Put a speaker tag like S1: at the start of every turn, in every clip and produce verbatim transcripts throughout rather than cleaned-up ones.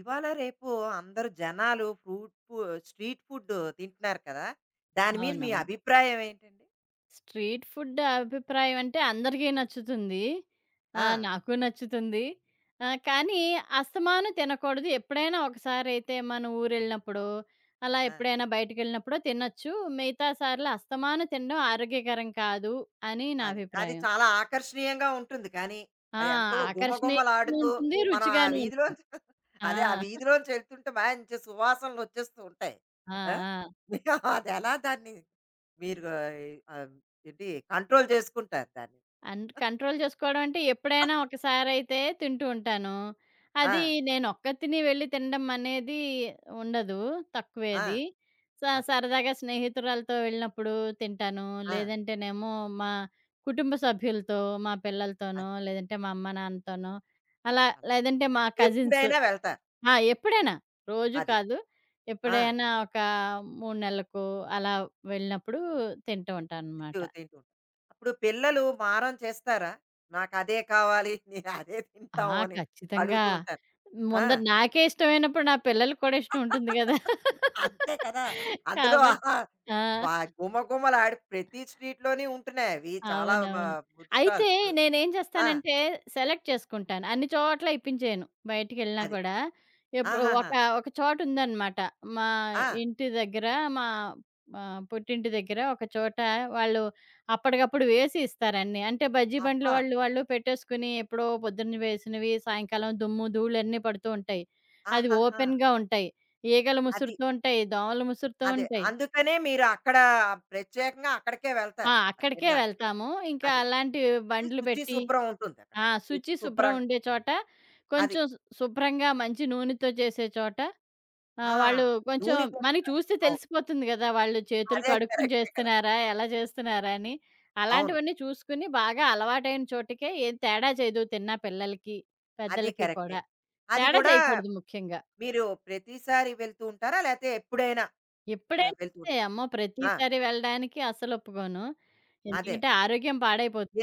S1: ఇవాళ రేపు అందరు జనాలు ఫ్రూట్ ఫు స్ట్రీట్ ఫుడ్ తింటున్నారు కదా! దాని మీద మీ
S2: అవునవును.
S1: అభిప్రాయం ఏంటండి?
S2: స్ట్రీట్ ఫుడ్ అభిప్రాయం అంటే అందరికీ నచ్చుతుంది.
S1: ఆ!
S2: ఆహ్, నాకు నచ్చుతుంది. ఆహ్, కానీ అస్తమాను తినకూడదు. ఎప్పుడైనా ఒకసారైతే మన ఊరెళ్ళినప్పుడో, అలా
S1: ఆ!
S2: ఎప్పుడైనా బయటికెళ్ళినప్పుడో తినొచ్చు. మిగతా సార్లు అస్తమాను తినడం ఆరోగ్యకరం కాదు అని నా
S1: అది. అది
S2: అభిప్రాయం.
S1: చాలా ఆకర్షణీయంగా ఉంటుంది కానీ,
S2: ఆ!
S1: అది ఎంతో
S2: ఆకర్షణీయంగాను
S1: గుమగుమలాడుతూ
S2: ఉంటుంది.
S1: మనం ఆ
S2: రుచిగాను ఉంటుంది.
S1: వీధిలోంచి
S2: ఆ!
S1: అదే ఆ వీధిలోంచి వెళ్తుంటే మంచి సువాసనలొచ్చేస్తూ ఉంటాయి.
S2: ఆ!
S1: ఆ!
S2: ఆ!
S1: మీరు అదెలా దాన్ని మీరు ఆహ్, ఏంటి కంట్రోల్ చేసుకుంటారు దాన్ని?
S2: అంట్ కంట్రోల్ చేసుకోవడం అంటే ఎప్పుడైనా ఒకసారయితే తింటూ ఉంటాను. అది
S1: ఆ!
S2: నేనొక్కతిని వెళ్లి తినడం అనేది ఉండదు. తక్కువే
S1: ఆ!
S2: అది. స
S1: అదే.
S2: సరదాగా స్నేహితురాలతో వెళ్ళినప్పుడు తింటాను.
S1: ఆ!
S2: లేదంటేనేమో మా కుటుంబ సభ్యులతో, మా పిల్లలతోనో,
S1: అది.
S2: లేదంటే మా అమ్మ, నాన్నతోనో అలా
S1: అలా.
S2: లేదంటే మా కజిన్స్.
S1: ఎప్పుడైనా వెళ్తారు.
S2: ఆ! ఎప్పుడైనా. రోజు
S1: అది.
S2: కాదు.
S1: ఆ!
S2: ఎప్పుడైనా ఒక మూడు నెలలకో అలా వెళ్ళినప్పుడు తింటూ
S1: చూ
S2: ఉంటాననమాట.
S1: తింటూ ఉంటాం. అప్పుడు పిల్లలు మారం చేస్తారా? నాకదే కావాలి, నేను అదే
S2: ఆ!
S1: తింటాము అని
S2: ఖచ్చితంగా.
S1: అడుగుతూ ఉంటారు. ఆ!
S2: ముందర నాకే ఇష్టమైనప్పుడు నా పిల్లలకి కూడా ఇష్టం ఉంటుంది గదా!
S1: అంతే కదా! అందులో
S2: కాబట్టి
S1: ఆ
S2: ఆ!
S1: వా గుమగుమలాడి ప్రతి స్ట్రీట్‌లోని ఉంటున్నాయి అవి చాలా మా
S2: అవునవును.
S1: ఫుడ్
S2: అయితే
S1: స్టాల్స్.
S2: నేనేం
S1: ఆ!
S2: చేస్తానంటే, సెలెక్ట్ చేసుకుంటాను. అన్ని చోట్ల ఇప్పించేయను బయటికెళ్ళినా
S1: అది.
S2: కూడా. ఇప్పుడు ఒక
S1: ఆహాహా!
S2: ఒక చోటుందనమాట. మా
S1: ఆ!
S2: ఇంటి దగ్గర మా ఆహ్, పుట్టింటి దగ్గర ఒక చోట వాళ్ళు అప్పటికప్పుడు వేసి ఇస్తారన్నీ. అంటే బజ్జీ బండ్లు
S1: అబ్బా!
S2: వాళ్ళు వాళ్ళు పెట్టేసుకుని ఎప్పుడో పొద్దున్న వేసినవి సాయంకాలం దుమ్ము, ధూళన్నీ పడుతూ ఉంటాయి. అది
S1: ఆహాహా!
S2: ఓపెన్‌గా ఉంటాయి. ఈగలు
S1: అది.
S2: ముసురుతూ ఉంటాయి, దోమలు ముసురుతూ
S1: అదే.
S2: ఉంటాయి.
S1: అందుకనే మీరు అక్కడ ప్రత్యేకంగా అక్కడికే
S2: ఆ!
S1: వెళ్తారు. అది
S2: అక్కడికే
S1: తినడానికి.
S2: వెళ్తాము. ఇంకా
S1: అది.
S2: అలాంటి
S1: అంటే
S2: బండ్లు
S1: శుచి
S2: పెట్టి
S1: శుభ్రం ఉంటుందక్కడ.
S2: ఆ! శుచి, శుభ్రం
S1: శుభ్రంగా.
S2: ఉండే చోట,
S1: అది.
S2: కొంచెం శు శుభ్రంగా మంచి నూనెతో చేసే చోట
S1: ఆ!
S2: ఆహ్, వాళ్ళు కొంచెం
S1: నూనె కూడా.
S2: మనకి చూస్తే
S1: అవును.
S2: తెలిసిపోతుంది గదా! వాళ్ళు చేతులు
S1: అదే
S2: కడుక్కుని
S1: కరెక్టే కదా!
S2: చేస్తున్నారా? ఎలా చేస్తున్నారా అని.
S1: అవును.
S2: అలాంటివన్నీ చూసుకుని బాగా అలవాటైన చోటికే ఏం తేడా చేయదు తిన్న పిల్లలకి,
S1: అది
S2: పెద్దలకి
S1: కరెక్టే.
S2: కూడా.
S1: అది
S2: తేడా
S1: కూడా.
S2: చేయకూడదు ముఖ్యంగా.
S1: మీరు ప్రతిసారి వెళ్తూ ఉంటారా? లేతే ఎప్పుడైనా ఆహ్,
S2: ఎప్పుడైనా
S1: వెళ్తూ
S2: అంతే
S1: ఉంటారా?
S2: అమ్మో!
S1: ఆ!
S2: ప్రతిసారి వెళ్ళడానికి అస్సలు ఒప్పుకోను.
S1: అదే.
S2: ఎందుకంటే ఆరోగ్యం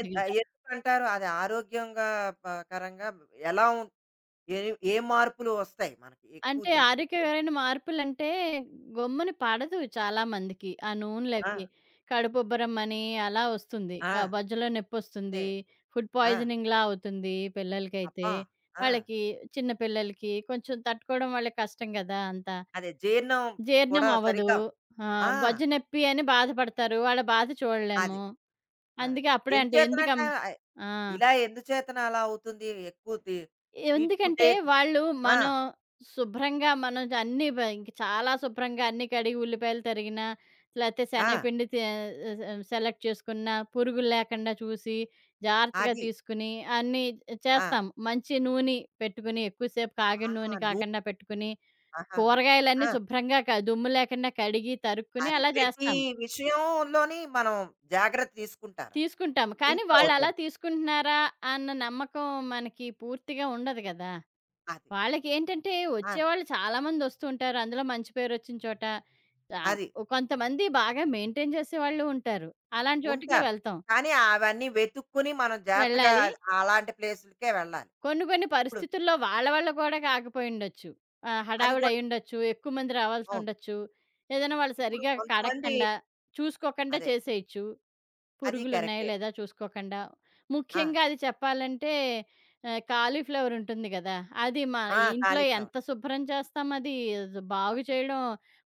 S1: ఎన్ ఆహ్,
S2: గదా!
S1: ఎందుకంటారు? అది ఆరోగ్యంగా ప పరంగా ఎలా ఉం ఏ ఏ మార్పులు వస్తాయి మనకి ఎక్కువ
S2: అంటే
S1: తి తింటే?
S2: ఆరోగ్యకరమైన మార్పులంటే గొమ్మున పడదు చాలా మందికి. ఆ
S1: ఆ!
S2: నూనెలవి. కడుపుబ్బరమని అలా వస్తుంది. బ
S1: ఆ!
S2: బొజ్జలో
S1: అంతే.
S2: నొప్పొస్తుంది. ఫుడ్
S1: ఆ!
S2: పాయిజనింగ్‌లా అవుతుంది పిల్లలకైతే.
S1: అబ్బా! ఆ!
S2: వాళ్ళకి చిన్న పిల్లలకి కొంచెం తట్టుకోవడం వాళ్ళకి కష్టం గదా! అంతా.
S1: అదే జీర్ణం
S2: జీర్ణం
S1: కూడా
S2: అవ్వదు.
S1: సరిగ్గా.
S2: ఆ!
S1: ఆ!
S2: బొజ్జ నొప్పి అని బాధపడతారు. వాళ్ళ బాధ
S1: అది.
S2: చూడలేము.
S1: ఆ!
S2: అందుకే అప్పుడే అంటే
S1: ఎందుచేతనంటే
S2: ఎందుకమ్మ.
S1: ఆహ్,
S2: ఆ!
S1: ఇలా ఎందుచేతన అలా అవుతుంది? ఎక్కువ తి స్ట్రీట్
S2: ఎందుకంటే
S1: ఫుడ్డే.
S2: వాళ్ళు
S1: ఆ!
S2: మనం శుభ్రంగా మనం అన్నీ బ ఇంక చాలా శుభ్రంగా అన్నీ కడిగి ఉల్లిపాయలు తరిగినా, లేతే
S1: ఆ!
S2: శనగపిండి తే సెలెక్ట్ చేసుకున్న, పురుగులు లేకుండా చూసి, జాగ్రత్తగా
S1: అది.
S2: తీసుకుని అన్నీ
S1: ఆ!
S2: చేస్తాం. మంచి నూనె పెట్టుకుని, ఎక్కువసేపు కాగిన
S1: ఆహా!
S2: నూనె
S1: నువ్వు.
S2: కాకుండా పెట్టుకుని,
S1: ఆహా! ఆ!
S2: కూరగాయలన్నీ శుభ్రంగా క దుమ్ము లేకుండా కడిగి, తరుక్కుని
S1: అది
S2: అలా
S1: ప్రతి
S2: చేస్తాం.
S1: విషయంలోని మనం జాగ్రత్త తీసుకుంటారంట.
S2: తీసుకుంటాము. కానీ
S1: ఇంట్లో
S2: వాళ్ళలా
S1: అవుతాను.
S2: తీసుకుంటున్నారా అన్న నమ్మకం మనకి పూర్తిగా ఉండదు గదా!
S1: అది.
S2: వాళ్ళకేంటంటే
S1: ఆ!
S2: వచ్చేవాళ్ళు చాలామంది వస్తూ ఉంటారు. అందులో మంచి పేరొచ్చిన చోట. ఆహ్,
S1: అది.
S2: కొంతమంది బాగా మెయింటైన్ చేసేవాళ్ళు ఉంటారు. అలాంటి చోటుకే
S1: ఉంటారు.
S2: వెళ్తాం.
S1: కానీ అవన్నీ వెతుక్కొని మనం జాగ్రత్తగా
S2: వెళ్ళాలి.
S1: అలాంటి ప్లేసులకే వెళ్ళాలి.
S2: కొన్ని కొన్ని
S1: ఇప్పుడు
S2: పరిస్థితుల్లో వాళ్ళ వల్ల కూడా కాకపోయుండొచ్చు. ఆహ్,
S1: అది
S2: హడావిడి
S1: కూడా
S2: అయ్యుండొచ్చు. ఎక్కువ మంది
S1: అవును.
S2: రావాల్సుండొచ్చు. ఏదైనా వాళ్ళు
S1: ఇప్పుడు
S2: సరిగ్గా
S1: కొంతమంది
S2: కడగకుండా, చూసుకోకుండా
S1: అదే.
S2: చేసేయొచ్చు.
S1: అది
S2: పురుగులున్నాయో
S1: కరెక్టే.
S2: లేదా చూసుకోకుండా.
S1: ఆ!
S2: ముఖ్యంగా అది చెప్పాలంటే ఆహ్, కాలీఫ్లవర్ ఉంటుంది గదా! అది మా
S1: ఆ!
S2: ఇంట్లో ఎంత
S1: కాలీఫ్లవర్.
S2: శుభ్రం చేస్తాం అది జ్ బాగు చేయడం,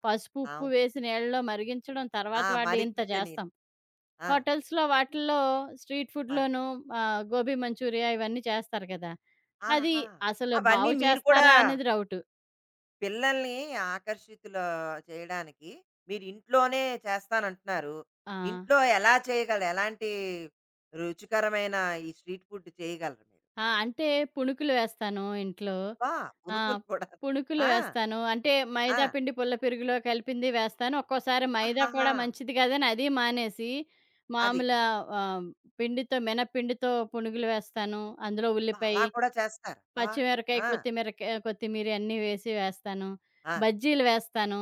S2: పసుపు, ఉప్పు
S1: అవును.
S2: వేసి నీళ్ళలో మరిగించడం,
S1: ఆ!
S2: తర్వాత వాటి ఇంత
S1: మరిగించని.
S2: చేస్తాం.
S1: ఆ!
S2: హోటల్స్‌లో వాటిల్లో స్ట్రీట్
S1: మరి.
S2: ఫుడ్‌లోనూ ఆహ్, గోబీ మంచూరియా ఇవన్నీ చేస్తారు గదా! అది
S1: ఆహా!
S2: అసలు
S1: అవన్నీ
S2: బాగు
S1: మీరు కూడా
S2: చేస్తారా అనేది డౌటు.
S1: పిల్లల్ని ఆకర్షితులు చేయడానికి మీరు ఇంట్లోనే చేస్తానంటున్నారు.
S2: ఆ!
S1: ఇంట్లో ఎలా చేయగలరు? ఎలాంటి రుచికరమైన ఈ స్ట్రీట్ ఫుడ్ చేయగలరు మీరు?
S2: ఆ! అంటే పుణుకులు వేస్తాను ఇంట్లో.
S1: అబ్బా!
S2: ఆ!
S1: పునుగులు కూడా.
S2: పుణుకులు
S1: ఆ!
S2: వేస్తాను. అంటే
S1: ఆ!
S2: మైదా పిండి పుల్ల పెరుగులో కలిపింది వేస్తాను. ఒక్కోసారి మైదా కూడా
S1: ఆహాహా!
S2: మంచిది కాదని అది మానేసి,
S1: అది.
S2: మామూలు ఆహ్, పిండితో మినప్పిండితో పునుగులు వేస్తాను. అందులో
S1: అబ్బా! అలా
S2: ఉల్లిపాయి,
S1: కూడా చేస్తారు. అబ్బా!
S2: పచ్చిమిరకాయ,
S1: ఆ!
S2: కొత్తిమీరకాయ కొత్తిమీర అన్నీ వేసి వేస్తాను.
S1: ఆ!
S2: బజ్జీలు వేస్తాను.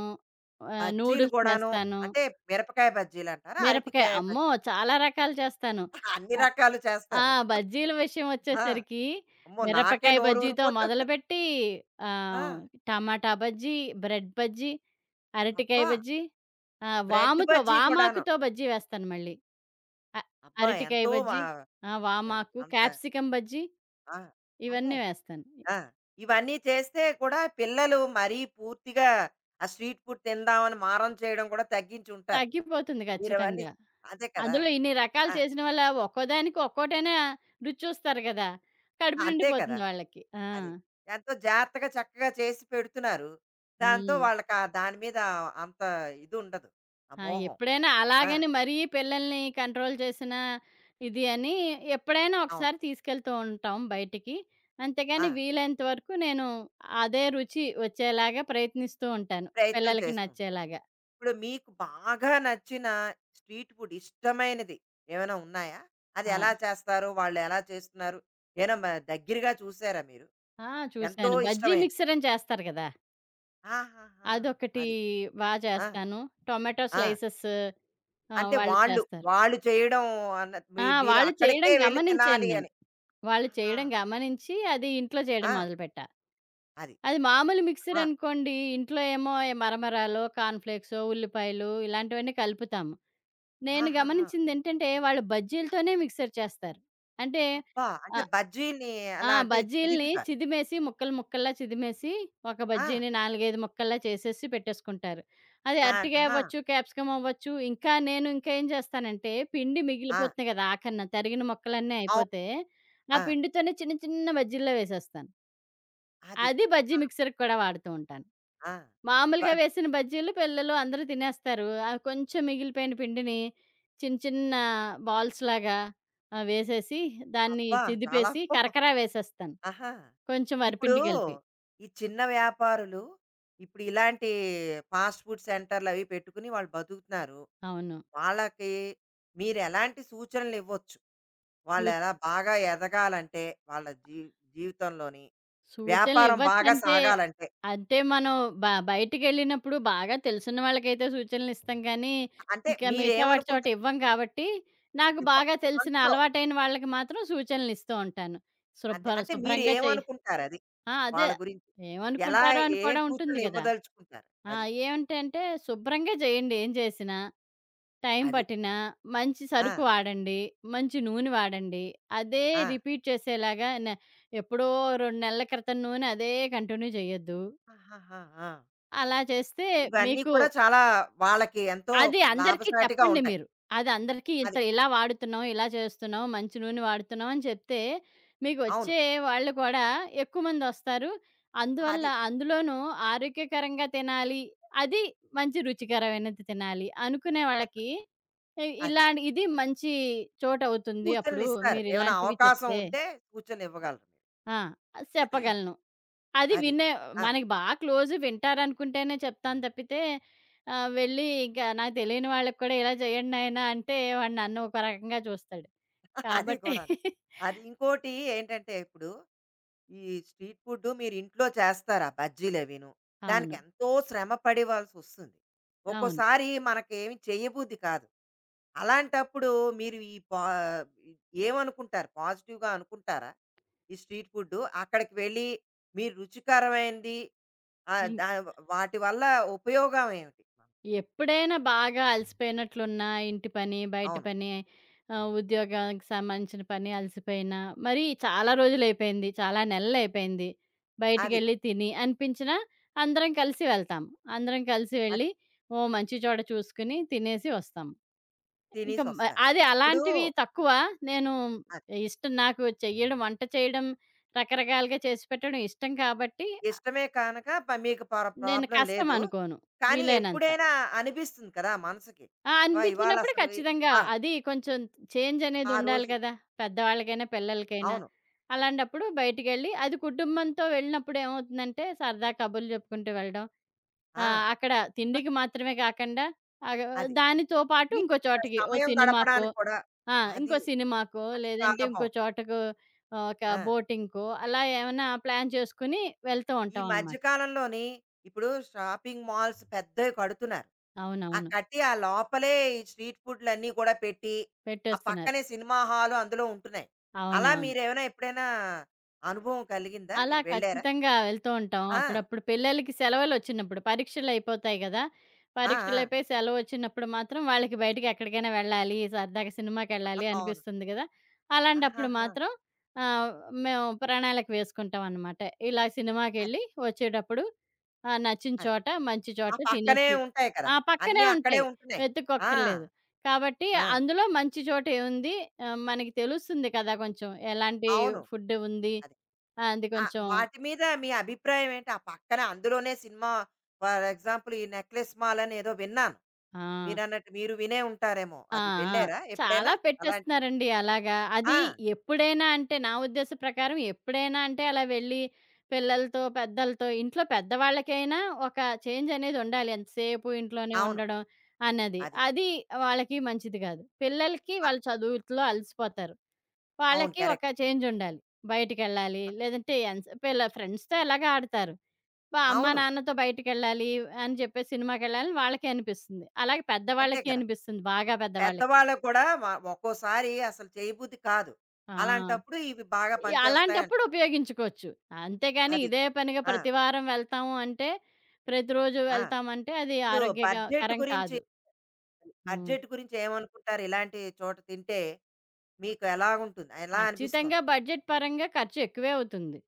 S2: ఆహ్,
S1: బజ్జీలు
S2: నూడిల్స్
S1: కూడాను.
S2: చేస్తాను.
S1: అంటే మిరపకాయ బజ్జీలంటారా?
S2: మిరపకాయ
S1: అరటికాయ
S2: అమ్మో!
S1: బజ్జీ.
S2: చాలా రకాలు చేస్తాను.
S1: అన్ని రకాలు
S2: ఆ!
S1: చేస్తారు.
S2: బజ్జీల విషయం
S1: ఆ!
S2: వచ్చేసరికి,
S1: అమ్మో! నాకే
S2: మిరపకాయ
S1: నోరు
S2: బజ్జీతో
S1: ఊరిపోతుంది.
S2: మొదలుపెట్టి ఆహ్,
S1: ఆ!
S2: టమాటా బజ్జీ, బ్రెడ్ బజ్జీ, అరటికాయ
S1: అబ్బా!
S2: బజ్జీ, ఆహ్,
S1: బ్రెడ్
S2: వాముతో
S1: బజ్జీ కూడాను.
S2: వామాకుతో బజ్జీ వేస్తాను మళ్ళీ. అ
S1: అబ్బా!
S2: అరటికాయ
S1: ఎంతో మా
S2: బజ్జీ, ఆ! వామాకు,
S1: అంత
S2: క్యాప్సికమ్ బజ్జీ
S1: ఆ! అమ్మో!
S2: ఇవన్నీ వేస్తాను.
S1: ఆ! ఇవన్నీ చేస్తే కూడా పిల్లలు మరీ పూర్తిగా ఆ స్ట్రీట్ ఫుడ్ తిందామని మారం చేయడం కూడా తగ్గించుంటారు.
S2: తగ్గిపోతుంది
S1: మీరవన్నీ.
S2: ఖచ్చితంగా.
S1: అదే కదా!
S2: అందులో ఇన్ని రకాలు
S1: ఆ!
S2: చేసిన వల్ల ఒక్కోదానికి ఒక్కోటైనా రుచి చూస్తారు గదా! కడుపు
S1: అంతే కదా!
S2: నిండిపోతుంది వాళ్ళకి. ఆ!
S1: అది. ఎంతో జాగ్రత్తగా చక్కగా చేసి పెడుతున్నారు. దాంతో
S2: హ్మ్.
S1: వాళ్ళకా దాని మీద అంత ఇదుండదు. ఆ
S2: ఆ!
S1: మోహం.
S2: ఎప్పుడైనా
S1: ఆ!
S2: అలాగని మరీ పిల్లల్ని కంట్రోల్ చేసిన ఇది అని ఎప్పుడైనా
S1: అవును.
S2: ఒకసారి తీసుకెళ్తూ ఉంటాం బయటికి.
S1: ఆ!
S2: అంతేగాని వీలైనంత వరకు నేను అదే రుచి వచ్చేలాగా ప్రయత్నిస్తూ ఉంటాను.
S1: ప్రయత్నం
S2: పిల్లలకి
S1: చేస్తూ.
S2: నచ్చేలాగా.
S1: ఇప్పుడు మీకు బాగా నచ్చిన స్ట్రీట్ ఫుడ్ ఇష్టమైనది ఏమైనా ఉన్నాయా? అది
S2: ఆ!
S1: ఎలా చేస్తారు? వాళ్ళు ఎలా చేస్తున్నారు? ఏమైనా మ దగ్గరగా చూసారా మీరు?
S2: ఆ!
S1: ఎంతో
S2: చూసాను. బజ్జీ
S1: ఇష్టమైంది.
S2: మిక్సర్ అని చేస్తారు కదా!
S1: ఆహాహా!
S2: అదొకటి
S1: అది.
S2: బా
S1: ఆ!
S2: చేస్తాను. టొమాటో
S1: ఆ!
S2: స్లైసెస్ ఆహ్,
S1: అంటే
S2: వాళ్ళు
S1: వాళ్ళు,
S2: చేస్తారు.
S1: వాళ్ళు చేయడం అన్న మీ
S2: ఆ!
S1: మీరు
S2: వాళ్ళు
S1: అక్కడికే
S2: చేయడం
S1: వెళ్లి
S2: గమనించాను
S1: తినాలి
S2: నేను.
S1: అని.
S2: వాళ్ళు
S1: ఆహా!
S2: చేయడం గమనించి అది ఇంట్లో
S1: ఆ!
S2: చేయడం మొదలుపెట్టా.
S1: అది.
S2: అది మామూలు మిక్సర్
S1: ఆ!
S2: అనుకోండి. ఇంట్లో ఏమో మరమరాలో, కార్న్‌ఫ్లేక్సో, ఉల్లిపాయలు ఇలాంటివన్నీ కలుపుతాము. నేను
S1: ఆహాహా!
S2: గమనించిందేంటంటే, వాళ్ళు బజ్జీలతోనే మిక్సర్ చేస్తారు. అంటే
S1: అబ్బా! అంటే
S2: ఆహ్,
S1: బజ్జీని
S2: ఆ!
S1: ఎలా అంటే
S2: బజ్జీలని
S1: చిదుపుతారు.
S2: చిదిమేసి ముక్కలు, ముక్కల్లా చిదిమేసి ఒక
S1: ఆ!
S2: బజ్జీని నాలుగు, అయిదు ముక్కల్లా చేసేసి పెట్టేసుకుంటారు. అది
S1: దాన్
S2: అరటికాయ
S1: ఆహా!
S2: అవ్వచ్చు, క్యాప్సికమ్ అవ్వచ్చు. ఇంకా నేను ఇంకా ఏం చేస్తానంటే, పిండి
S1: ఆ!
S2: మిగిలిపోతుంది కదా! ఆఖరిన తరిగిన ముక్కలన్నీ
S1: అవును.
S2: అయిపోతే, ఆ
S1: ఆ!
S2: పిండితోనే చిన్న, చిన్న బజ్జీల్లో వేసేస్తాను.
S1: అది.
S2: అది బజ్జీ మిక్సర్‌కి కూడా వాడుతూ ఉంటాను.
S1: ఆ! బ
S2: మామూలుగా వేసిన బజ్జీలు పిల్లలు అందరూ తినేస్తారు. అవి కొంచెం మిగిలిపోయిన పిండిని చిన్న చిన్న బాల్స్‌లాగా ఆహ్, వేసేసి దాన్ని
S1: అబ్బా! చాలా
S2: చిదిపేసి
S1: బావుంది.
S2: కరకర వేసేస్తాను.
S1: ఆహా!
S2: కొంచెం
S1: ఇప్పుడు
S2: వరిపిండి కలిపి.
S1: ఈ చిన్న వ్యాపారులు ఇప్పుడు ఇలాంటి ఫాస్ట్ ఫుడ్ సెంటర్‌లవి పెట్టుకుని వాళ్ళు బతుకుతున్నారు.
S2: అవును.
S1: వాళ్ళకి మీరెలాంటి సూచనలివ్వచ్చు?
S2: సూ
S1: వాళ్ళెలా బాగా ఎదగాలంటే వాళ్ళ జీ జీవితంలోని, వ్యాపారం బాగా
S2: సూచనలివ్వచ్చంటే
S1: సాగాలంటే?
S2: అంటే మనం బ బయటికెళ్ళినప్పుడు బాగా తెలిసిన వాళ్ళకైతే సూచనలిస్తాం కానీ,
S1: అంటే
S2: ఇంకా మిగతా వాటి చోట
S1: మీరేమనుకుంటారు?
S2: ఇవ్వం కాబట్టి, నాకు
S1: ఇవ్వ
S2: బాగా తెలిసిన
S1: మనసులో.
S2: అలవాటైన వాళ్ళకి మాత్రం సూచనలిస్తూ ఉంటాను.
S1: అంటే,
S2: శుభ్ర
S1: అంటే
S2: శుభ్రంగా చెయ్
S1: మీరేమనుకుంటారది?
S2: ఆ! అదే.
S1: వాళ్ళ గురించి ఎలా
S2: ఏమనుకుంటారో అని
S1: ఏ
S2: కూడా ఉంటుంది గదా!
S1: సూచనలివ్వదలుచుకుంటారు?
S2: ఆ!
S1: అది.
S2: ఏమిటంటే శుభ్రంగా చేయండి ఏం చేసినా. టైం
S1: అది.
S2: పట్టినా, మంచి
S1: ఆ!
S2: సరుకు వాడండి, మంచి నూనె వాడండి. అదే
S1: ఆ!
S2: రిపీట్ చేసేలాగా న ఎప్పుడో రెండు నెలల క్రితం నూనె అదే కంటిన్యూ చేయొద్దు.
S1: ఆహాహా! ఆ!
S2: అలా చేస్తే
S1: ఇవన్నీ
S2: మీకు
S1: కూడా చాలా వాళ్ళకి ఎంతో
S2: అది అందరికీ
S1: లాభసాటిగా
S2: చెప్పండి
S1: ఉంటాయి.
S2: మీరు. అది అందరికీ ఇంత
S1: అది.
S2: ఇలా వాడుతున్నాం, ఇలా చేస్తున్నాం, మంచి నూనె వాడుతున్నాం అని చెప్తే,
S1: అవును.
S2: మీకొచ్చే వాళ్ళు కూడా ఎక్కువ మందొస్తారు. అందువల్ల
S1: అది.
S2: అందులోనూ ఆరోగ్యకరంగా తినాలి, అది మంచి రుచికరమైనది తినాలి అనుకునే వాళ్ళకి ఇ
S1: అది.
S2: ఇలాంటి ఇది మంచి చోటవుతుంది అప్పుడు
S1: సూచనలిస్తారు. ఏమైనా
S2: మీరిలాంటివి
S1: అవకాశం
S2: చెప్తే.
S1: ఉంటే సూచనలివ్వగలరు.
S2: ఆ! చెప్పగలను. అది
S1: అది.
S2: వినే
S1: ఆ!
S2: మనకి బాగా క్లోజ్ వింటారనుకుంటేనే చెప్తాను తప్పితే, ఆహ్, వెళ్ళి ఇంకా నాకు తెలియని వాళ్ళకి కూడా ఇలా చేయండి నాయన అంటే వాడు నన్ను ఒక రకంగా చూస్తాడు.
S1: అది
S2: కాబట్టి
S1: కూడాను. అది ఇంకోటి ఏంటంటే ఇప్పుడు ఈ స్ట్రీట్ ఫుడ్డు మీరింట్లో చేస్తారా బజ్జీలవిను?
S2: అవును.
S1: దానికెంతో శ్రమ పడేవాల్సొస్తుంది.
S2: అవును.
S1: ఒక్కోసారి మనకేమి చేయబుద్ధి కాదు. అలాంటప్పుడు మీరు ఈ పా ఈ- ఏమనుకుంటారు? పాజిటివ్‌గా అనుకుంటారా? ఈ స్ట్రీట్ ఫుడ్డు అక్కడికి వెళ్ళి మీరు రుచికరమైనది ఆహ్,
S2: ఇంక్
S1: దా వాటి వల్ల ఉపయోగం ఏమిటి?
S2: ఎప్పుడైనా బాగా అలసిపోయినట్లున్నా ఇంటి పని, బయట
S1: అవును.
S2: పని, ఆహ్, ఉద్యోగానికి సంబంధించిన పని అలసిపోయినా, మరి చాలా రోజులైపోయింది, చాలా నెలలైపోయింది,
S1: అది.
S2: బయటికెళ్ళి తిని అనిపించినా అందరం కలిసి వెళ్తాం. అందరం కలిసి
S1: అది.
S2: వెళ్ళి ఓ మంచి చోట చూసుకొని తినేసి వస్తాం. ఇంకా మ
S1: తినేసొస్తారు.
S2: అది
S1: ఇప్పుడు
S2: అలాంటివి తక్కువ. నేను
S1: ఆ!
S2: ఇష్టం నాకు చెయ్యడం, వంట చేయడం, రకరకాలుగా చేసి పెట్టడం ఇష్టం కాబట్టి ఆహ్,
S1: ఇష్టమే కనుక ప మీకు ప
S2: నేను
S1: ప్రాబ్లమ్
S2: కష్టం
S1: లేదు.
S2: అనుకోను
S1: కానీ
S2: వీలైనంత.
S1: ఎప్పుడైనా అనిపిస్తుంది కదా మనసుకి.
S2: ఆ!
S1: అబ్బా! ఇవాళ
S2: అనిపించినప్పుడు
S1: అసలు ఈ-
S2: ఖచ్చితంగా
S1: ఆ!
S2: అది కొంచెం చేంజ్ అనేది
S1: ఆ
S2: ఉండాలి
S1: రోజు.
S2: కదా! పెద్దవాళ్ళకైనా, పిల్లలకైనా.
S1: అవును.
S2: అలాంటప్పుడు బయటికెళ్ళి అది కుటుంబంతో వెళ్ళినప్పుడు ఏమవుతుందంటే సరదా కబుర్లు చెప్పుకుంటూ వెళ్ళడం.
S1: ఆ!
S2: ఆహ్, అక్కడ తిండికి మాత్రమే కాకుండా ఆహ్,
S1: అది.
S2: దానితో పాటు ఇంకో
S1: మీకక్కడ
S2: చోటకి ఓ
S1: సమయం
S2: సినిమాకో
S1: గడపడానికి కూడా
S2: ఆ! ఇంకో
S1: అది.
S2: సినిమాకో,
S1: అది
S2: లేదంటే
S1: చాలా
S2: ఇంకో
S1: బావుంది.
S2: చోటకో ఆహ్, ఒక
S1: ఆ!
S2: బోటింగ్‌కో అలా ఏమన్నా ప్లాన్ చేసుకొని వెళ్తూ
S1: ఈ మధ్య
S2: ఉంటామనమాట.
S1: కాలంలోని ఇప్పుడు షాపింగ్ మాల్స్ పెద్దవి కడుతున్నారు. ఆ
S2: అవునవును.
S1: కట్టి ఆ లోపలే ఈ స్ట్రీట్ ఫుడ్‌లన్నీ కూడా పెట్టి, ఆ
S2: పెట్టేస్తున్నారు.
S1: పక్కనే సినిమా హాలు అందులో ఉంటున్నాయి. అలా
S2: అవునవును.
S1: మీరేమైనా ఎప్పుడైనా అనుభవం కలిగిందా?
S2: అలా
S1: మీరు వెళ్లారా?
S2: ఖచ్చితంగా వెళ్తూ ఉంటాం.
S1: ఆ!
S2: అప్పుడప్పుడు పిల్లలకి సెలవులొచ్చినప్పుడు పరీక్షలయిపోతాయి గదా!
S1: ఆ! ఆ!
S2: పరీక్షలయిపోయి సెలవొచ్చినప్పుడు మాత్రం వాళ్ళకి బయటికెక్కడికైనా వెళ్ళాలి, సరదాగా సినిమాకెళ్ళాలి
S1: అవును.
S2: అనిపిస్తుంది గదా! అలాంటప్పుడు
S1: ఆహాహా!
S2: మాత్రం ఆహ్, మేము ప్రణాళిక వేసుకుంటామనమాట. ఇలా
S1: అది.
S2: సినిమాకెళ్ళి వచ్చేటప్పుడు ఆహ్, నచ్చిన
S1: అది.
S2: చోట, మంచి
S1: ఆ
S2: చోట
S1: పక్కనే
S2: తినేసి
S1: ఉంటాయి కదా!
S2: ఆ!
S1: అన్నీ
S2: పక్కనే
S1: అక్కడే
S2: ఉంటాయి.
S1: ఉంటున్నాయి. ఆ!
S2: వెతుక్కోక్కర్లేదు. కాబట్టి
S1: ఆ!
S2: అందులో మంచి చోటేవుంది ఆహ్, మనకి తెలుస్తుంది కదా కొంచెం ఎలాంటి
S1: అవును.
S2: ఫుడ్ ఉంది
S1: అదే.
S2: ఆ! అది
S1: ఆహ్,
S2: కొంచెం
S1: వాటి మీద మీ అభిప్రాయం ఏంటి? ఆ పక్కన అందులోనే సినిమా. ఫర్ ఎగ్జాంపుల్ ఈ నెక్లెస్ మాల్ అని ఏదో విన్నాను.
S2: ఆ!
S1: మీరన్నట్టు మీరు వినే ఉంటారేమో.
S2: ఆ!
S1: అది
S2: ఆ!
S1: వెళ్లారా ఎప్పుడైనా?
S2: చాలా
S1: అలాంటి.
S2: పెట్టేస్తున్నారండి అలాగా. అది
S1: ఆ!
S2: ఎప్పుడైనా అంటే నా ఉద్దేశ ప్రకారం ఎప్పుడైనా అంటే అలా వెళ్ళి పిల్లలతో, పెద్దలతో ఇంట్లో పెద్దవాళ్ళకైనా ఒక చేంజ్ అనేది ఉండాలి. ఎంతసేపు ఇంట్లోనే
S1: అవును.
S2: ఉండడం అన్నది.
S1: అది.
S2: అది వాళ్ళకి మంచిది కాదు. పిల్లలకి
S1: అ
S2: వాళ్ళ చదువులో అలసిపోతారు.
S1: అవును.
S2: వాళ్ళకి ఒక
S1: కరెక్ట్.
S2: చేంజ్ ఉండాలి. బయటికెళ్ళాలి
S1: అ
S2: లేదంటే ఎంత్ పిల్ల ఫ్రెండ్స్‌తో ఎలాగో ఆడతారు. బా అమ్మా,
S1: అవును.
S2: నాన్నతో బయటికెళ్ళాలి అని చెప్పేసి సినిమాకెళ్ళాలని వాళ్ళకే అనిపిస్తుంది. అలాగే
S1: అంతే
S2: పెద్దవాళ్ళకి
S1: కదా!
S2: అనిపిస్తుంది. బాగా పెద్దవాళ్ళకి.
S1: పెద్దవాళ్ళకి కూడా వ ఒక్కోసారి అసలు చేయబుద్ధి కాదు.
S2: ఆ!
S1: అలాంటప్పుడు ఇవి బాగా
S2: ఈ అలాంటప్పుడు
S1: పనిచేస్తాయంటారు.
S2: ఉపయోగించుకోవచ్చు. అంతేగాని
S1: అది.
S2: ఇదే పనిగా
S1: ఆ!
S2: ప్రతి వారం వెళ్తాము అంటే, ప్రతిరోజు
S1: ఆ!
S2: వెళ్తామంటే అది
S1: ఇప్పుడు
S2: ఆరోగ్యక
S1: బడ్జెట్
S2: కరం
S1: గురించి
S2: కాదు. హ్మ్.
S1: బడ్జెట్ గురించి ఏమనుకుంటారు? ఇలాంటి చోట తింటే మీకు ఎలా ఉంటుంది? ఎలా
S2: ఖచ్చితంగా
S1: అనిపిస్తుంది మీకు?
S2: బడ్జెట్ పరంగా ఖర్చు ఎక్కువే అవుతుంది.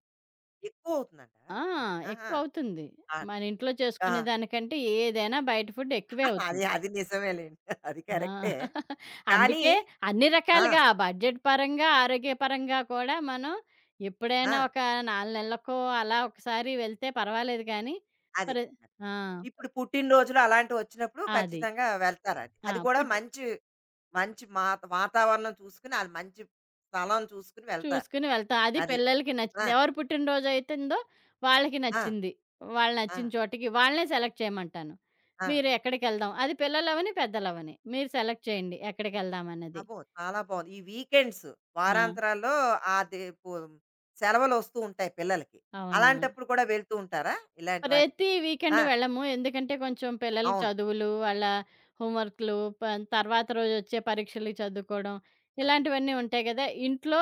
S1: ఎక్కువవుతుందంటారా?
S2: ఆ!
S1: అది. ఆహా!
S2: ఎక్కువవుతుంది.
S1: ఆ!
S2: మన ఇంట్లో
S1: ఆ!
S2: చేసుకునే దానికంటే ఏదైనా బయట ఫుడ్ ఎక్కువే
S1: అది
S2: అవుతుంది.
S1: అది నిజమేలెండి. అది
S2: ఆ!
S1: కరెక్టే. కానీ
S2: అందుకే అన్ని
S1: ఆ!
S2: రకాలుగా బడ్జెట్ పరంగా, ఆరోగ్యపరంగా కూడా మనం
S1: ఆ!
S2: ఎప్పుడైనా ఒక నాలుగు నెలలకో అలా ఒకసారి వెళ్తే పర్వాలేదు కానీ,
S1: అది.
S2: ప్రే
S1: అది.
S2: ఆ!
S1: ఇప్పుడు పుట్టినరోజులు అలాంటివొచ్చినప్పుడు
S2: అది.
S1: ఖచ్చితంగా వెళ్తారది. అది
S2: ఆ!
S1: అది కూడా
S2: పుట్టు
S1: మంచి. మంచి మాత వాతావరణం చూసుకొని, ఆళ్ళు మంచి స్థలం చూసుకొని వెళ్తారు.
S2: చూసుకొని వెళ్తాం. అది
S1: అది.
S2: పిల్లలకి
S1: ఆ!
S2: నచ్చింది. ఎవరు పుట్టినరోజైతుందో వాళ్ళకి
S1: ఆ!
S2: నచ్చింది. వాళ్ళు
S1: ఆ!
S2: నచ్చిన చోటికి వాళ్ళనే సెలెక్ట్ చేయమంటాను.
S1: ఆ!
S2: మీరు ఎక్కడికెళ్దాం అది పిల్లలవని, పెద్దలవని. మీరు సెలెక్ట్ చేయండి ఎక్కడికెళ్దామన్నది.
S1: అబ్బో! చాలా బావుంది. ఈ వీకెండ్స్
S2: ఆ!
S1: వారాంతరాల్లో అది పు సెలవులు వస్తూ ఉంటాయి పిల్లలకి.
S2: అవునవును.
S1: అలాంటప్పుడు కూడా వెళ్తూ ఉంటారా? ఇలాంటి వాటికి?
S2: ప్రతి
S1: ఆ!
S2: వీకెండ్ వెళ్ళము. ఎందుకంటే కొంచెం పిల్లలకి
S1: అవును.
S2: చదువులు, వాళ్ళ హోంవర్క్‌లు, ప తర్వాత రోజొచ్చే పరీక్షలకి చదువుకోవడం,
S1: అది.
S2: ఇలాంటివన్నీ ఉంటాయి గదా! ఇంట్లో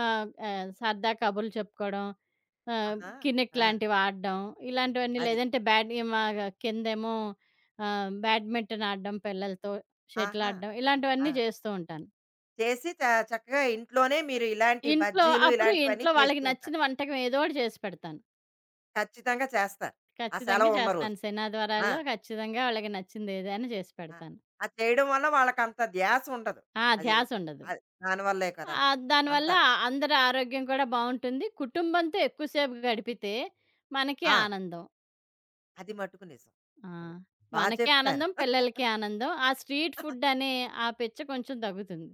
S2: ఆహ్, ఆహ్, సరదా కబుర్లు చెప్పుకోవడం, ఆహ్,
S1: ఆహా!
S2: కినిక్
S1: ఆ!
S2: లాంటివి ఆడడం, ఇలాంటివన్నీ
S1: అది.
S2: లేదంటే బ్యాడ్ మా కిందేమో ఆహ్, బ్యాడ్మింటన్ ఆడడం పిల్లలతో, షటిల్
S1: ఆహా!
S2: ఆడడం,
S1: ఆ!
S2: ఇలాంటివన్నీ చేస్తూ ఉంటాను.
S1: చేసి చ చక్కగా ఇంట్లోనే మీరు ఇలాంటి
S2: ఇంట్లో
S1: బజ్జీలు
S2: అప్పుడు
S1: ఇలాంటివన్నీ
S2: ఇంట్లో
S1: చేస్తూ
S2: వాళ్ళకి నచ్చిన
S1: ఉంటారు.
S2: వంటకం ఏదో ఒకటి చేసి పెడతాను.
S1: ఖచ్చితంగా చేస్తారు. ఆ
S2: ఖచ్చితంగా
S1: సెలవు ఉన్న రోజు.
S2: చేస్తాను.
S1: ఆ!
S2: సినాద్వారాల్లో ఖచ్చితంగా వాళ్ళకి నచ్చింది ఏదైనా చేసి
S1: ఆ!
S2: పెడతాను.
S1: అది చేయడం వల్ల వాళ్ళకంత ధ్యాస ఉండదు.
S2: ఆ!
S1: అది
S2: ధ్యాస ఉండదు.
S1: అది దానివల్లే కదా!
S2: ఆహ్, దానివల్ల
S1: అంతా.
S2: అందరి ఆరోగ్యం కూడా బావుంటుంది. కుటుంబంతో ఎక్కువసేపు గడిపితే మనకి
S1: ఆ!
S2: ఆనందం.
S1: అది మట్టుకు నిజం.
S2: ఆ!
S1: అది. బా
S2: మనకి
S1: చెప్తున్నారు.
S2: ఆనందం, పిల్లలకి ఆనందం. ఆ స్ట్రీట్ ఫుడ్ అనే ఆ పిచ్చ కొంచెం తగ్గుతుంది.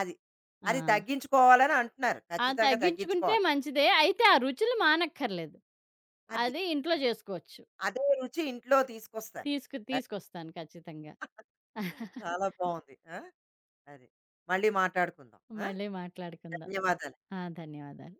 S1: అది.
S2: ఆ!
S1: అది తగ్గించుకోవాలని అంటున్నారు.
S2: ఆ!
S1: ఖచ్చితంగా
S2: తగ్గించుకుంటే
S1: తగ్గించుకోవాలి.
S2: మంచిదే. అయితే ఆ రుచులు మానక్కర్లేదు.
S1: అది.
S2: అది ఇంట్లో
S1: ఆహా!
S2: చేసుకోవచ్చు.
S1: అదే రుచి ఇంట్లో తీసుకొస్తారు.
S2: తీసుకు తీసుకొస్తాను ఖచ్చితంగా.
S1: చాలా బావుంది. ఆ! అది. మళ్ళీ మాట్లాడుకుందాం. ఆ!
S2: మళ్ళీ మాట్లాడుకుందాం.
S1: ధన్యవాదాలు.
S2: ఆ! ధన్యవాదాలు.